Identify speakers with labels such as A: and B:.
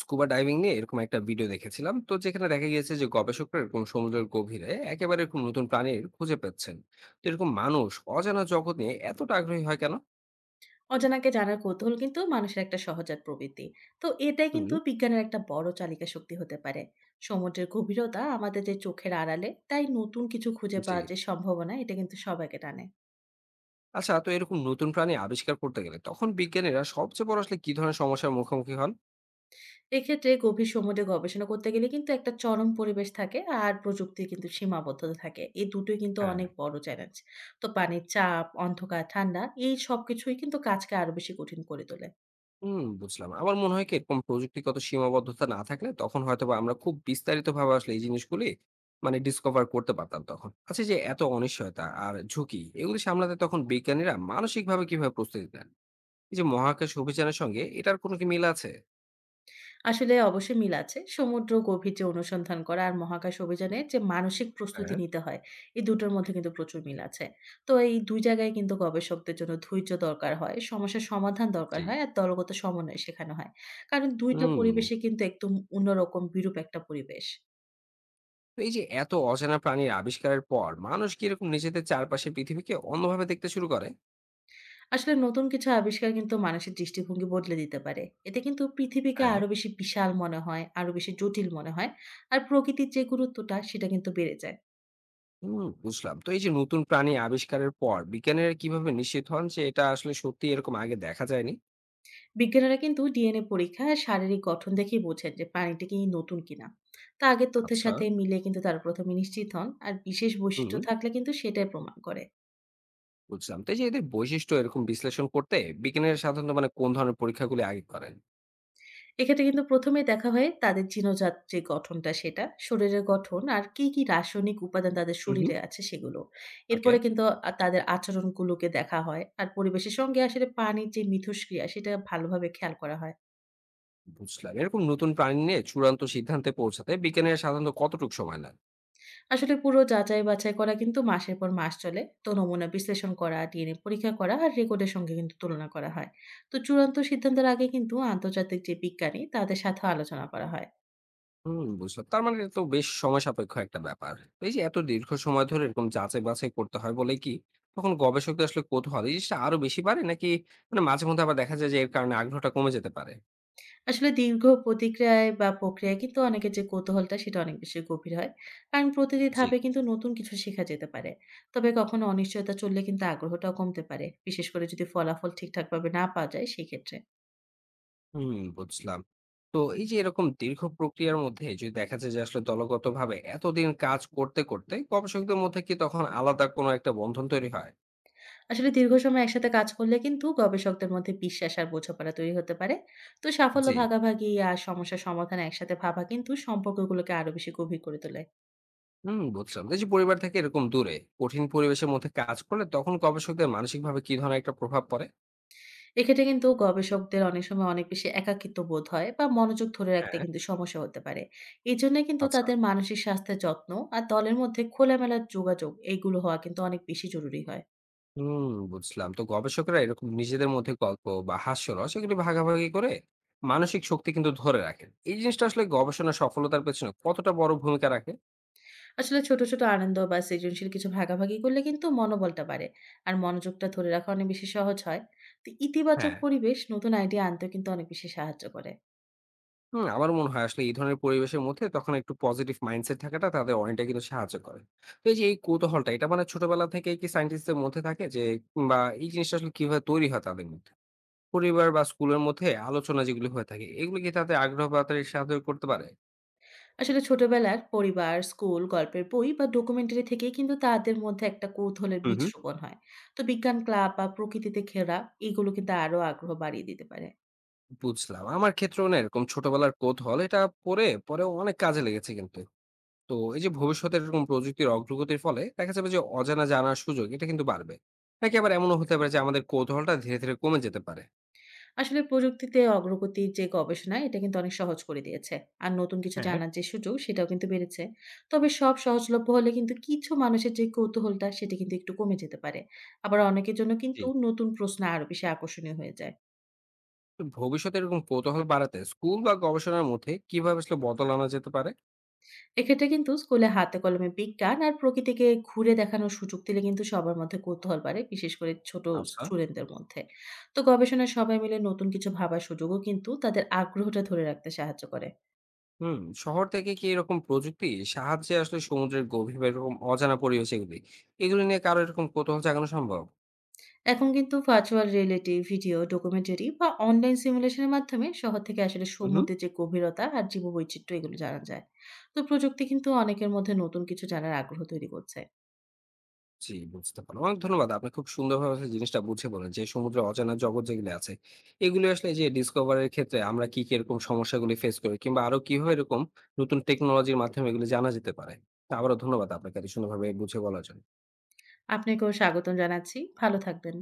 A: Scuba diving নিয়ে এরকম একটা ভিডিও দেখেছিলাম, তো যেখানে দেখা গিয়েছে যে গবেষকরা এরকম সমুদ্রের গভীরে একেবারে এরকম নতুন প্রাণীর খুঁজে পাচ্ছেন। তো এরকম মানুষ অজানা জগৎ নিয়ে এতটা আগ্রহী হয় কেন?
B: অজানাকে জানার কৌতূহল কিন্তু মানুষের একটা সহজাত প্রবৃত্তি। তো এটাই
A: হুম।
B: কিন্তু বিজ্ঞানের একটা বড় চালিকা শক্তি হতে পারে। সমুদ্রের গভীরতা আমাদের যে চোখের আড়ালে তাই নতুন কিছু খুঁজে
A: জি।
B: পাওয়ার যে সম্ভাবনা এটা কিন্তু সবাইকে টানে।
A: আচ্ছা, তো এরকম নতুন প্রাণী আবিষ্কার করতে গেলে তখন বিজ্ঞানীরা সবচেয়ে বড় আসলে কি ধরনের সমস্যার মুখোমুখি হন?
B: এক্ষেত্রে গভীর সমুদ্রে গবেষণা করতে গেলে কিন্তু একটা চরম পরিবেশ থাকে। আর প্রযুক্তি কিন্তু সীমাবদ্ধতা থাকে, এই দুটোই কিন্তু
A: হ্যাঁ।
B: অনেক বড় চ্যালেঞ্জ। তো পানির চাপ, অন্ধকার, ঠান্ডা এই সব কিছুই কিন্তু কাজকে আরো বেশি কঠিন করে তোলে।
A: হুম, বুঝলাম। আমার মনে হয় কি এরকম প্রযুক্তিগত সীমাবদ্ধতা না থাকলে তখন হয়তোবা আমরা খুব বিস্তারিতভাবে আসলে এই জিনিসগুলি মানে ডিসকভার করতে পারতাম তখন। আচ্ছা, এই যে এত অনিশ্চয়তা আর ঝুঁকি এগুলি সামলাতে তখন বিজ্ঞানীরা মানসিকভাবে কিভাবে প্রস্তুতি নেন? এই যে মহাকাশ অভিযানের সঙ্গে এটার কোনো কি মিল আছে?
B: আসলে অবশ্যই মিল আছে। সমুদ্র গভীর যে অনুসন্ধান করা আর মহাকাশ অভিযানে যে মানসিক প্রস্তুতি
A: হ্যাঁ,
B: নিতে হয়, এই দুটোর মধ্যে কিন্তু প্রচুর মিল আছে। তো এই ২ জায়গায় কিন্তু গবেষকদের জন্য ধৈর্য দরকার হয়, সমস্যার সমাধান দরকার
A: জি।
B: হয় আর দলগত সমন্বয় শেখানো হয়। কারণ ২ টা
A: হুম।
B: পরিবেশে কিন্তু একদম অন্যরকম বিরূপ একটা পরিবেশ।
A: তো এই যে এত অজানা প্রাণীর আবিষ্কারের পর মানুষ কি এরকম নিজেদের চারপাশের পৃথিবীকে অন্যভাবে দেখতে শুরু করে?
B: আসলে নতুন কিছু আবিষ্কার কিন্তু মানুষের দৃষ্টিভঙ্গি বদলে দিতে পারে। এতে কিন্তু পৃথিবীকে
A: হ্যাঁ।
B: আরো বেশি বিশাল মনে হয়, আরো বেশি জটিল মনে হয়। আর প্রকৃতির যে গুরুত্বটা সেটা কিন্তু বেড়ে যায়।
A: হুম, বুঝলাম। তো এই যে নতুন প্রাণী আবিষ্কারের পর বিজ্ঞানীরা কিভাবে নিশ্চিত হন যে এটা আসলে সত্যি এরকম আগে দেখা যায়নি?
B: বিজ্ঞানীরা কিন্তু ডিএনএ পরীক্ষা আর শারীরিক গঠন দেখেই বোঝেন যে প্রাণীটা কি নতুন কিনা। তা আগের তথ্যের
A: আচ্ছা।
B: সাথে মিলে কিন্তু তারা প্রথমে নিশ্চিত হন, আর বিশেষ
A: হুম,
B: বৈশিষ্ট্য থাকলে কিন্তু সেটাই প্রমাণ করে।
A: বুঝলাম। তো এই যে এদের বৈশিষ্ট্য এরকম বিশ্লেষণ করতে বিজ্ঞানীরা সাধারণত মানে কোন ধরনের পরীক্ষাগুলি আগে করেন?
B: এক্ষেত্রে কিন্তু প্রথমে দেখা হয় তাদের জিনজাত যে গঠনটা সেটা, শরীরের গঠন আর কি কি রাসায়নিক উপাদান তাদের
A: হুম হুম.
B: শরীরে আছে সেগুলো।
A: ওকে,
B: এরপরে কিন্তু তাদের আচরণগুলোকে দেখা হয় আর পরিবেশের সঙ্গে আসলে পানির যে মিথস্ক্রিয়া সেটা ভালোভাবে খেয়াল করা হয়।
A: বুঝলাম। এরকম নতুন প্রাণী নিয়ে চূড়ান্ত সিদ্ধান্তে পৌঁছাতে বিজ্ঞানীরা সাধারণত কতটুকু সময় নেন?
B: আসলে পুরো যাচাই-বাছাই করা কিন্তু মাসের পর মাস চলে। তো নমুনা বিশ্লেষণ করা, ডিএনএ পরীক্ষা করা আর রেকর্ডের সঙ্গে কিন্তু তুলনা করা হয়। তো চূড়ান্ত সিদ্ধান্তের আগে কিন্তু আন্তর্জাতিক যে বিজ্ঞানী, তাদের সাথেও আলোচনা করা হয়।
A: হুম, বুঝলাম। তার মানে এটা তো বেশ সময় সাপেক্ষ একটা ব্যাপার। তো এই যে এত দীর্ঘ সময় ধরে এরকম যাচাই-বাছাই করতে হয় বলে কি তখন গবেষকদের আসলে কৌতূহল এই জিনিসটা আরো বেশি বাড়ে, নাকি মানে মাঝে মধ্যে আবার দেখা যায় যে এর কারণে আগ্রহটা কমে যেতে পারে?
B: আসলে দীর্ঘ প্রতিক্রিয়ায় বা প্রক্রিয়ায় কিন্তু অনেকের যে কৌতূহলটা, সেটা অনেক বেশি গভীর হয়। কারণ প্রতিটি
A: জি।
B: ধাপে কিন্তু নতুন কিছু শেখা যেতে পারে। তবে কখনো অনিশ্চয়তা চললে কিন্তু আগ্রহটাও কমতে পারে, বিশেষ করে যদি ফলাফল ঠিকঠাকভাবে না পাওয়া যায় সেক্ষেত্রে।
A: হুম, বুঝলাম। তো এই যে এরকম দীর্ঘ প্রক্রিয়ার মধ্যে যদি দেখা যায় যে আসলে দলগতভাবে এতদিন কাজ করতে গবেষকদের মধ্যে কি তখন আলাদা কোনো একটা বন্ধন তৈরি হয়?
B: আসলে দীর্ঘ সময় একসাথে কাজ করলে কিন্তু গবেষকদের মধ্যে বিশ্বাস আর বোঝাপড়া তৈরি হতে পারে। তো সাফল্য
A: জি।
B: ভাগাভাগি আর সমস্যা সমাধান একসাথে ভাবা কিন্তু সম্পর্কগুলোকে আরো বেশি গভীর করে তোলে।
A: হুম, বুঝলাম। এই যে পরিবার থেকে এরকম দূরে কঠিন পরিবেশের মধ্যে কাজ করলে তখন গবেষকদের মানসিকভাবে কি ধরনের একটা প্রভাব পড়ে?
B: এক্ষেত্রে কিন্তু গবেষকদের অনেক সময় অনেক বেশি একাকিত্ব বোধ হয় বা মনোযোগ ধরে রাখতে
A: হ্যাঁ।
B: কিন্তু সমস্যা হতে পারে। এই জন্য কিন্তু
A: আচ্ছা।
B: তাদের মানসিক স্বাস্থ্যের যত্ন আর দলের মধ্যে খোলামেলা যোগাযোগ এইগুলো হওয়া কিন্তু অনেক বেশি জরুরি হয়।
A: হুম, বুঝলাম। তো গবেষকরা এরকম নিজেদের মধ্যে গল্প বা হাস্যরস এগুলি ভাগাভাগি করে মানসিক শক্তি কিন্তু ধরে রাখেন। এই জিনিসটা আসলে গবেষণার সফলতার পেছনে কতটা বড় ভূমিকা রাখে?
B: আসলে ছোট, ছোট আনন্দ বা সৃজনশীল কিছু ভাগাভাগি করলে কিন্তু মনোবলটা বাড়ে। আর মনোযোগটা ধরে রাখা অনেক বেশি সহজ হয়। তো ইতিবাচক
A: হ্যাঁ,
B: পরিবেশ নতুন আইডিয়া আনতেও কিন্তু অনেক বেশি সাহায্য করে।
A: হুম, আমার মনে হয় আসলে এই ধরনের পরিবেশের মধ্যে তখন একটু পজিটিভ মাইন্ডসেট থাকাটা তাদের অনেকটা কিন্তু সাহায্য করে। তো এই যে এই কৌতূহলটা এটা মানে ছোটবেলা থেকেই কি সায়েন্টিস্টদের মধ্যে থাকে, যে কিংবা এই জিনিসটা আসলে কিভাবে তৈরি হয় তাদের মধ্যে? পরিবার বা স্কুলের মধ্যে আলোচনা যেগুলো হয়ে থাকে এগুলো কি তাদের আগ্রহ বাড়াতে সাহায্য করতে পারে?
B: আসলে ছোটবেলার পরিবার, স্কুল, গল্পের বই বা ডকুমেন্টারি থেকেই কিন্তু তাদের মধ্যে একটা কৌতূহলের
A: হুম,
B: বীজ
A: হুম।
B: রোপণ হয়। তো বিজ্ঞান ক্লাব বা প্রকৃতিতে ঘেরা এগুলো কিন্তু আরো আগ্রহ বাড়িয়ে দিতে পারে।
A: বুঝলাম। আমার ক্ষেত্রেও না এরকম ছোটবেলার কৌতূহল এটা পড়ে পরেও অনেক কাজে লেগেছে কিন্তু। তো এই যে ভবিষ্যতে এরকম প্রযুক্তির অগ্রগতির ফলে দেখা যাবে যে অজানা জানার সুযোগ এটা কিন্তু বাড়বে। নাকি আবার এমনও হতে পারে যে আমাদের কৌতূহলটা ধীরে, ধীরে কমে যেতে পারে?
B: আসলে প্রযুক্তিতে অগ্রগতির যে গবেষণা এটা কিন্তু অনেক সহজ করে দিয়েছে, আর নতুন কিছু
A: হ্যাঁ।
B: জানার যে সুযোগ সেটাও কিন্তু বেড়েছে। তবে সব সহজলভ্য হলে কিন্তু কিছু মানুষের যে কৌতূহলটা সেটা কিন্তু একটু কমে যেতে পারে, আবার অনেকের জন্য
A: জি।
B: কিন্তু নতুন প্রশ্ন আরো বেশি আকর্ষণীয় হয়ে যায়।
A: তো ভবিষ্যতে এরকম কৌতূহল বাড়াতে স্কুল বা গবেষণার মধ্যে কিভাবে আসলে বদল আনা যেতে পারে?
B: এক্ষেত্রে কিন্তু স্কুলে হাতে কলমে বিজ্ঞান আর প্রকৃতিকে ঘুরে দেখানোর সুযোগ দিলে কিন্তু সবার মধ্যে কৌতূহল বাড়ে, বিশেষ করে ছোট
A: আচ্ছা।
B: স্টুডেন্টদের মধ্যে। তো গবেষণায় সবাই মিলে নতুন কিছু ভাবার সুযোগও কিন্তু তাদের আগ্রহটা ধরে রাখতে সাহায্য করে।
A: হুম, শহর থেকে কি এরকম প্রযুক্তি সাহায্যে আসলে সমুদ্রের গভীর বা এরকম অজানা পরিবেশ এগুলি, এগুলো নিয়ে কারো এরকম কৌতূহল জাগানো সম্ভব?
B: এখন কিন্তু ভার্চুয়াল রিয়েলিটি, ভিডিও, ডকুমেন্টারি বা অনলাইন সিমুলেশনের মাধ্যমে শহর থেকে আসলে
A: হুম।
B: সমুদ্রের যে গভীরতা আর জীববৈচিত্র্য এগুলো জানা যায়। তো প্রযুক্তি কিন্তু অনেকের মধ্যে নতুন কিছু জানার আগ্রহ তৈরি করছে।
A: জি, বুঝতে পারলাম। অনেক ধন্যবাদ। আপনি খুব সুন্দরভাবে আসলে জিনিসটা বুঝিয়ে বললেন যে সমুদ্রের অজানা জগৎ যেগুলো আছে, এগুলো আসলে এই যে ডিসকভারি এর ক্ষেত্রে আমরা কি, কি এরকম সমস্যাগুলি ফেস করি, কিংবা আরো কিভাবে এরকম নতুন টেকনোলজির মাধ্যমে এগুলো জানা যেতে পারে। তো আবারও ধন্যবাদ আপনাকে এত সুন্দরভাবে বুঝিয়ে বলার জন্য।
B: আপনাকেও স্বাগতম জানাচ্ছি। ভালো থাকবেন।